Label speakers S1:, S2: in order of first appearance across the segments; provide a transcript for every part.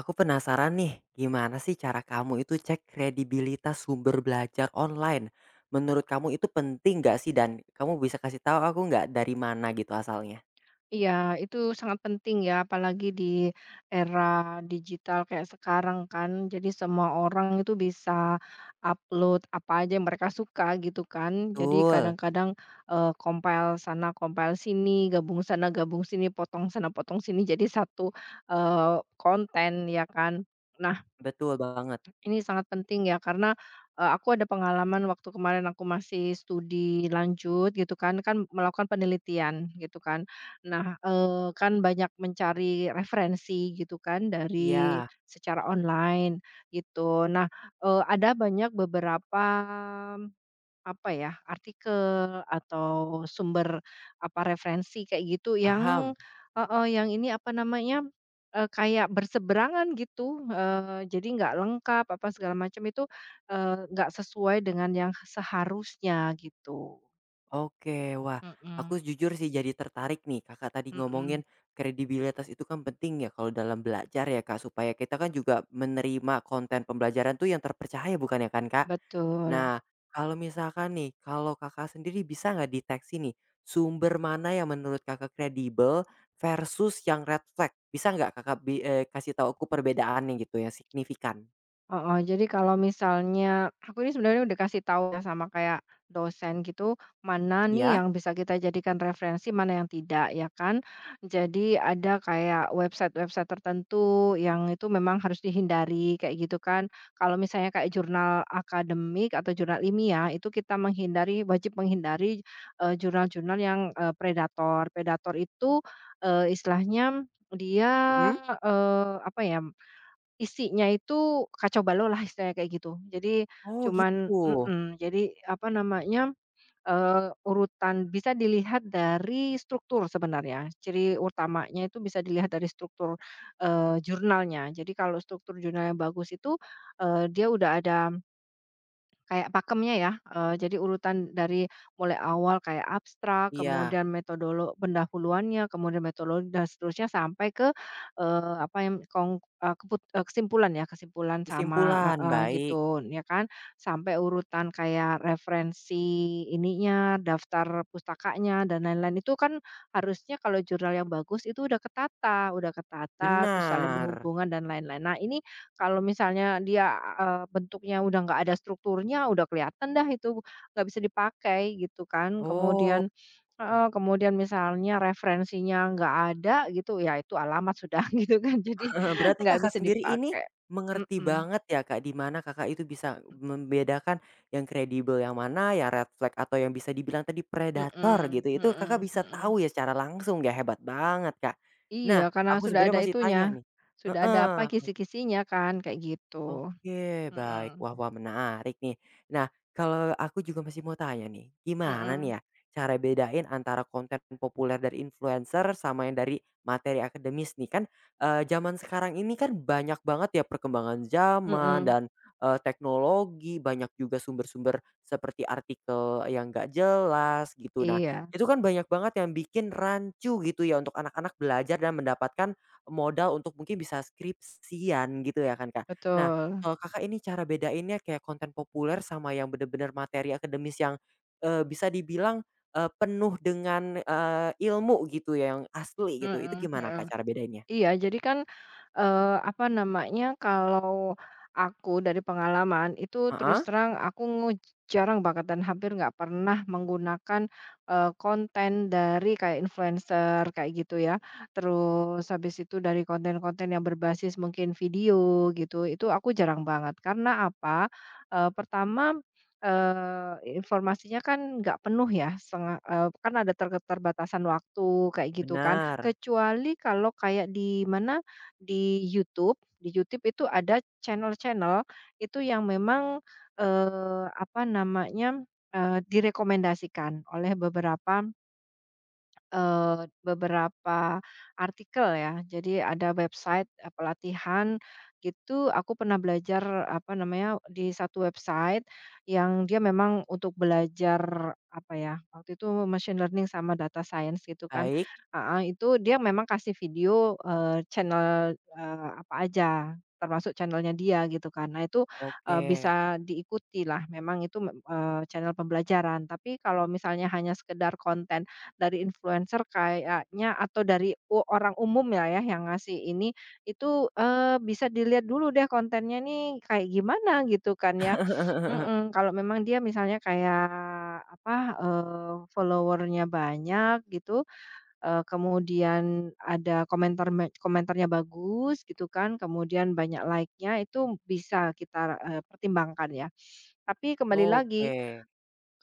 S1: Aku penasaran nih, gimana sih cara kamu itu cek kredibilitas sumber belajar online? Menurut kamu itu penting nggak sih? Dan kamu bisa kasih tahu aku nggak dari mana gitu asalnya?
S2: Iya, itu sangat penting ya, apalagi di era digital kayak sekarang kan. Jadi semua orang itu bisa upload apa aja yang mereka suka gitu kan. Jadi
S1: Betul,
S2: kadang-kadang compile sana, compile sini, gabung sana, gabung sini, potong sana, potong sini. Jadi satu konten ya kan. Nah,
S1: betul banget.
S2: ini sangat penting ya karena, aku ada pengalaman waktu kemarin aku masih studi lanjut gitu kan, kan melakukan penelitian gitu kan. Nah, kan banyak mencari referensi gitu kan dari
S1: Iya,
S2: secara online gitu. Nah, ada banyak beberapa apa ya, artikel atau sumber apa referensi kayak gitu yang
S1: paham.
S2: heeh, yang ini apa namanya, kayak berseberangan gitu, jadi nggak lengkap apa segala macam itu, nggak sesuai dengan yang seharusnya gitu.
S1: Oke, wah, aku
S2: Mhm
S1: jujur sih jadi tertarik nih. Kakak tadi
S2: mhm,
S1: ngomongin kredibilitas itu kan penting ya kalau dalam belajar ya Kak, supaya kita kan juga menerima konten pembelajaran tuh yang terpercaya bukan ya kan Kak?
S2: betul.
S1: Nah, kalau misalkan nih, kalau Kakak sendiri bisa nggak deteksi nih sumber mana yang menurut Kakak kredibel versus yang red flag? Bisa nggak kasih tahu aku perbedaannya gitu yang signifikan?
S2: Heeh, jadi kalau misalnya aku ini sebenarnya udah kasih tahu ya sama kayak dosen gitu, mana nih
S1: Ya?
S2: yang bisa kita jadikan referensi, mana yang tidak ya kan. Jadi ada kayak website-website tertentu yang itu memang harus dihindari kayak gitu kan. Kalau misalnya kayak jurnal akademik atau jurnal ilmiah itu kita menghindari wajib menghindari, jurnal-jurnal yang, predator. Predator itu, istilahnya dia,
S1: Mhm.
S2: apa ya, isinya itu kacau balau lah istilahnya kayak gitu. Jadi
S1: Oh
S2: cuman
S1: gitu.
S2: mhm, jadi apa namanya, urutan bisa dilihat dari struktur sebenarnya. Ciri utamanya itu bisa dilihat dari struktur, jurnalnya. Jadi kalau struktur jurnalnya bagus itu, dia udah ada kayak pakemnya ya, jadi urutan dari mulai awal kayak abstrak,
S1: Iya,
S2: kemudian pendahuluannya, kemudian metodologi dan seterusnya sampai ke, apa yang kong eee, keput eee, kesimpulan ya, kesimpulan sama
S1: kesimpulan,
S2: heeh,
S1: baik.
S2: gitu ya kan, sampai urutan kayak referensi ininya, daftar pustakanya dan lain-lain itu kan harusnya kalau jurnal yang bagus itu udah ketata, terus saling
S1: Benar.
S2: berhubungan dan lain-lain. Nah ini kalau misalnya dia, bentuknya udah nggak ada strukturnya, udah kelihatan dah itu nggak bisa dipakai gitu kan.
S1: Oh.
S2: Kemudian heeh, kemudian misalnya referensinya nggak ada gitu, ya itu alamat sudah gitu kan. Jadi
S1: Heeh, berarti
S2: nggak
S1: Kakak
S2: bisa
S1: sendiri ini
S2: dipakai.
S1: mengerti
S2: Mhm,
S1: banget ya, Kak, di mana Kakak itu bisa membedakan yang kredibel yang mana, yang red flag atau yang bisa dibilang tadi predator
S2: mhm,
S1: gitu, itu Kakak
S2: mhm,
S1: bisa
S2: mhm.
S1: tahu ya secara langsung ya, hebat banget, Kak.
S2: Iya,
S1: Nah,
S2: karena
S1: aku
S2: sudah
S1: sebenarnya
S2: ada
S1: masih
S2: itunya,
S1: tanya nih,
S2: sudah ada apa,
S1: heeh.
S2: kisi-kisinya kan, kayak gitu.
S1: Oke,
S2: Mhm,
S1: baik. Wah, wah, menarik nih. Nah, kalau aku juga masih mau tanya nih, gimana
S2: mhm,
S1: nih ya cara bedain antara konten populer dari influencer sama yang dari materi akademis nih? Kan, zaman sekarang ini kan banyak banget ya perkembangan zaman
S2: mhm.
S1: dan, teknologi, banyak juga sumber-sumber seperti artikel yang nggak jelas gitu. Nah,
S2: Iya,
S1: itu kan banyak banget yang bikin rancu gitu ya untuk anak-anak belajar dan mendapatkan modal untuk mungkin bisa skripsian gitu ya kan, Kak. Nah,
S2: betul.
S1: kalau Kakak ini cara bedainnya kayak konten populer sama yang bener-bener materi akademis yang, bisa dibilang, penuh dengan, ilmu gitu ya, yang asli gitu, itu
S2: Mhm,
S1: gimana
S2: mhm.
S1: Kak cara bedainnya?
S2: Iya, jadi kan, apa namanya, kalau aku dari pengalaman itu terus
S1: Heeh,
S2: terang aku nguj jarang banget dan hampir nggak pernah menggunakan, konten dari kayak influencer kayak gitu ya. Terus habis itu dari konten-konten yang berbasis mungkin video gitu, itu aku jarang banget. Karena apa? Pertama, eee, informasinya kan nggak penuh ya setengah kan ada keterbatasan waktu kayak gitu kan.
S1: benar,
S2: Kecuali kalau kayak di mana, di YouTube itu ada channel-channel itu yang memang, apa namanya, direkomendasikan oleh beberapa beberapa artikel ya. Jadi ada website, pelatihan gitu, aku pernah belajar, apa namanya, di satu website yang dia memang untuk belajar, apa ya, waktu itu machine learning sama data science gitu kan.
S1: baik,
S2: Heeh, itu dia memang kasih video, channel, apa aja, termasuk channelnya dia gitu kan. Nah itu,
S1: oke.
S2: bisa diikuti lah, memang itu, channel pembelajaran. Tapi kalau misalnya hanya sekedar konten dari influencer kayaknya atau dari orang umum ya yang ngasih ini, itu, bisa dilihat dulu deh kontennya nih kayak gimana gitu kan ya. Mhm, kalau memang dia misalnya kayak apa, follower banyak gitu, kemudian ada komentarnya bagus gitu kan, kemudian banyak like-nya itu bisa kita, pertimbangkan ya. Tapi kembali lagi
S1: Oke,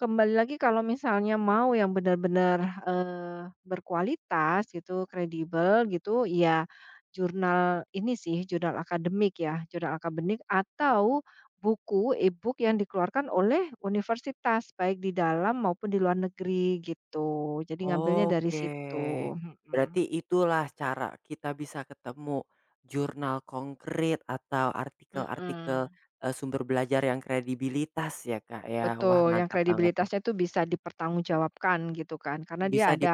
S2: Kembali lagi kalau misalnya mau yang benar-benar, berkualitas gitu, kredibel gitu, ya jurnal ini sih, jurnal akademik ya, jurnal akademik atau buku e-book yang dikeluarkan oleh universitas, baik di dalam maupun di luar negeri gitu. Jadi ngambilnya dari
S1: oke.
S2: situ, mhm.
S1: Berarti itulah cara kita bisa ketemu jurnal konkret atau artikel-artikel,
S2: Mhm,
S1: sumber belajar yang kredibilitas ya Kak ya, wah
S2: betul, yang
S1: mantap banget.
S2: kredibilitasnya itu bisa dipertanggungjawabkan gitu kan, karena dia
S1: Bisa
S2: ada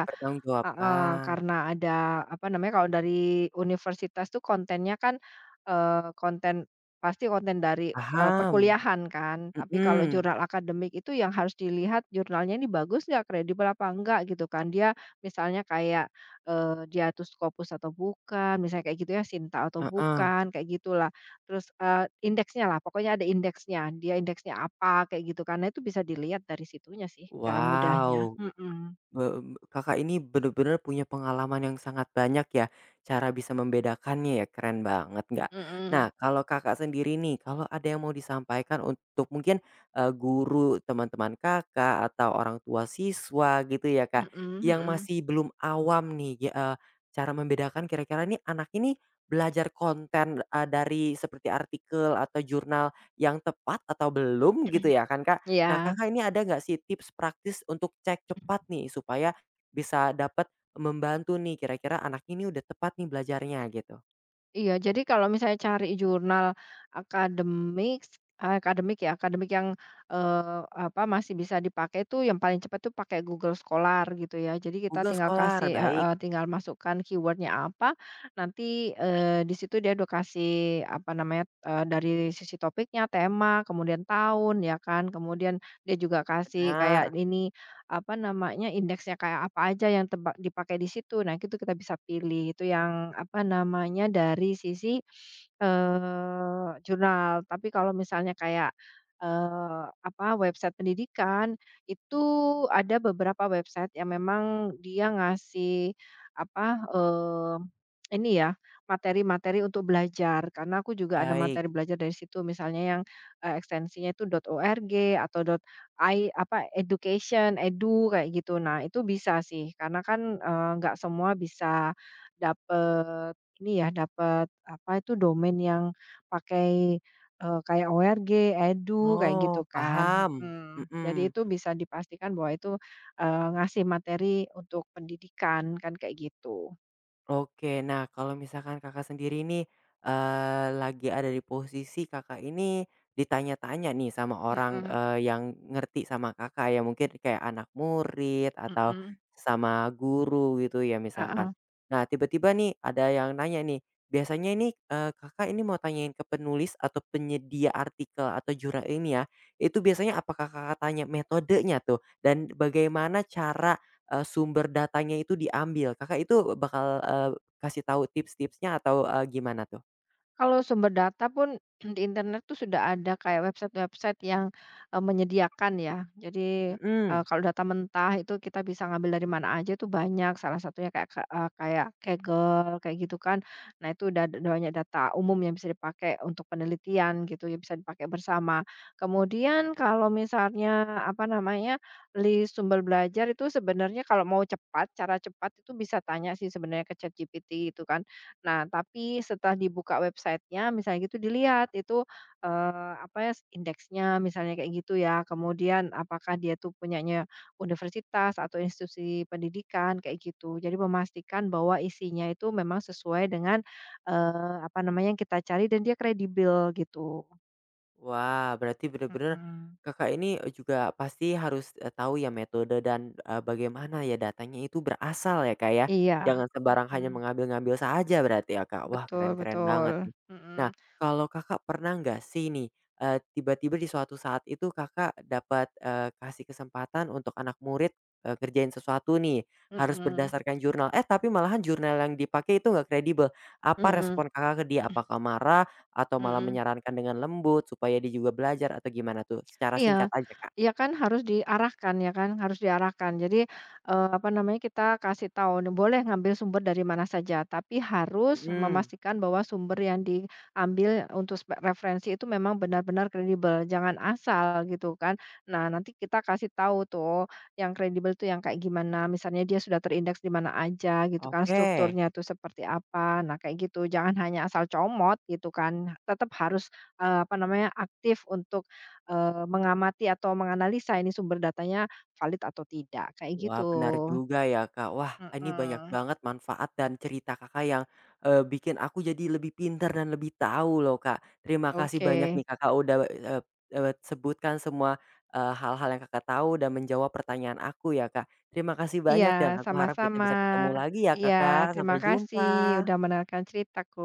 S2: heeh, karena ada apa namanya, kalau dari universitas tuh kontennya kan, eee, konten pasti konten dari,
S1: paham,
S2: perkuliahan kan. Tapi kalau
S1: mhm,
S2: jurnal akademik itu yang harus dilihat jurnalnya ini bagus nggak, kredibel apa enggak gitu kan. Dia misalnya kayak, Diatus Scopus atau bukan, misalnya kayak gitu ya, Sinta atau
S1: heeh.
S2: bukan, kayak gitulah. Terus, indeksnya lah, pokoknya ada indeksnya, dia indeksnya apa, kayak gitu karena itu bisa dilihat dari situnya sih, cara mudahnya.
S1: Wow,
S2: Mhm,
S1: mmm, Kakak ini bener-bener punya pengalaman yang sangat banyak ya, cara bisa membedakannya ya, keren banget nggak?
S2: mhm.
S1: Nah, kalau Kakak sendiri nih, kalau ada yang mau disampaikan untuk mungkin, guru teman-teman Kakak atau orang tua siswa gitu ya, Kak,
S2: Mhm
S1: yang
S2: mhm.
S1: masih belum awam nih, ya cara membedakan kira-kira nih anak ini belajar konten, dari seperti artikel atau jurnal yang tepat atau belum gitu ya kan, Kak? Nah,
S2: Iya
S1: Kakak ini ada nggak sih tips praktis untuk cek cepat nih, supaya bisa dapat membantu nih, kira-kira anak ini udah tepat nih belajarnya, gitu?
S2: iya. jadi kalau misalnya cari jurnal akademik akademik ya, akademik yang, eee, apa, masih bisa dipakai itu yang paling cepat tuh pakai Google Scholar gitu ya. Jadi kita
S1: Google
S2: tinggal
S1: Scholar,
S2: kasih
S1: baik,
S2: heeh, tinggal masukkan keywordnya apa, nanti, di situ dia udah kasih, apa namanya, dari sisi topiknya, tema, kemudian tahun, ya kan, kemudian dia juga kasih kayak
S1: benar,
S2: ini apa namanya, indeksnya kayak apa aja yang teba dipakai di situ. Nah, itu kita bisa pilih, itu yang apa namanya, dari sisi, jurnal. Tapi kalau misalnya kayak, apa, website pendidikan, itu ada beberapa website yang memang dia ngasih apa, ini ya, materi-materi untuk belajar. Karena aku juga ada
S1: baik.
S2: materi belajar dari situ, misalnya yang, ekstensinya itu .org atau apa, education, edu, kayak gitu. Nah, itu bisa sih karena kan, nggak semua bisa dapet ini ya, dapet apa itu, domain yang pakai, kayak ORG, edu, kayak gitu
S1: Oh,
S2: kan,
S1: paham,
S2: mhm. Jadi
S1: mhm.
S2: itu bisa dipastikan bahwa itu, ngasih materi untuk pendidikan, kan kayak gitu.
S1: Oke, nah kalau misalkan Kakak sendiri nih, lagi ada di posisi Kakak ini ditanya-tanya nih sama orang,
S2: Mhm
S1: yang ngerti sama Kakak ya, mungkin kayak anak murid atau
S2: mhm,
S1: sama guru gitu ya
S2: heeh.
S1: misalkan. Nah tiba-tiba nih ada yang nanya nih, biasanya ini, Kakak ini mau tanyain ke penulis atau penyedia artikel atau jurnal ini ya itu biasanya apakah Kakak tanya metodenya tuh dan bagaimana cara sumber datanya itu diambil. Kakak itu bakal, kasih tahu tips-tipsnya atau, gimana tuh?
S2: Kalau sumber data pun di internet tuh sudah ada kayak website-website yang, menyediakan ya. Jadi,
S1: Mhm.
S2: kalau data mentah itu kita bisa ngambil dari mana aja tuh banyak, salah satunya kayak Kaggle kayak gitu kan. Nah itu udah ada banyak data umum yang bisa dipakai untuk penelitian gitu ya, bisa dipakai bersama. Kemudian kalau misalnya, apa namanya, list sumber belajar itu sebenarnya kalau mau cepat, cara cepat itu bisa tanya sih sebenarnya ke ChatGPT itu kan. Nah, tapi setelah dibuka websitenya misalnya gitu dilihat itu, apa ya, indeksnya misalnya kayak gitu ya, kemudian apakah dia tuh punyanya universitas atau institusi pendidikan kayak gitu. Jadi memastikan bahwa isinya itu memang sesuai dengan, apa namanya, yang kita cari dan dia kredibel gitu.
S1: Wah, berarti bener-bener
S2: Mhm.
S1: Kakak ini, e, juga pasti harus, tahu ya metode dan, bagaimana ya datanya itu berasal ya, Kak, ya.
S2: Iya,
S1: Jangan sembarang hanya
S2: mhm,
S1: mengambil-ngambil saja berarti ya, Kak. Wah,
S2: betul
S1: keren-keren banget
S2: betul,
S1: nih. Nah,
S2: mhm,
S1: kalau Kakak pernah nggak sih nih, tiba-tiba di suatu saat itu Kakak dapat, kasih kesempatan untuk anak murid, ngerjain sesuatu nih, harus
S2: mhm,
S1: berdasarkan jurnal, eh, tapi malahan jurnal yang dipakai itu nggak kredibel. Apa
S2: mhm,
S1: respon Kakak ke dia? Apakah marah? Atau malah
S2: mhm.
S1: menyarankan dengan lembut supaya dia juga belajar atau gimana tuh? Secara singkat
S2: Iya,
S1: aja, Kak.
S2: ya kan harus diarahkan ya kan, harus diarahkan. Jadi, apa namanya, kita kasih tahu nih, boleh ngambil sumber dari mana saja, tapi harus
S1: Mhm,
S2: memastikan bahwa sumber yang diambil untuk referensi itu memang benar-benar kredibel, jangan asal gitu kan. Nah, nanti kita kasih tahu tuh yang kredibel tuh yang kayak gimana, misalnya dia sudah terindeks di mana aja gitu kan,
S1: oke.
S2: strukturnya tuh seperti apa, nah kayak gitu. Jangan hanya asal comot gitu kan, tetap harus, apa namanya, aktif untuk mengamati atau menganalisa ini sumber datanya valid atau tidak, kayak
S1: Wah,
S2: gitu.
S1: benar juga ya, Kak. Wah, ini banyak
S2: Mhm.
S1: banget manfaat dan cerita Kakak yang, bikin aku jadi lebih pintar dan lebih tahu loh, Kak. Terima kasih banyak
S2: Oke.
S1: nih Kakak udah, eee eee, sebutkan semua, hal-hal yang Kakak tahu dan menjawab pertanyaan aku ya, Kak. Terima kasih
S2: Iya,
S1: banyak dan aku harap kita
S2: sama-sama.
S1: bisa ketemu lagi ya,
S2: Iya,
S1: Kakak.
S2: terima
S1: Sampai
S2: kasih udah
S1: jumpa.
S2: mendengarkan ceritaku.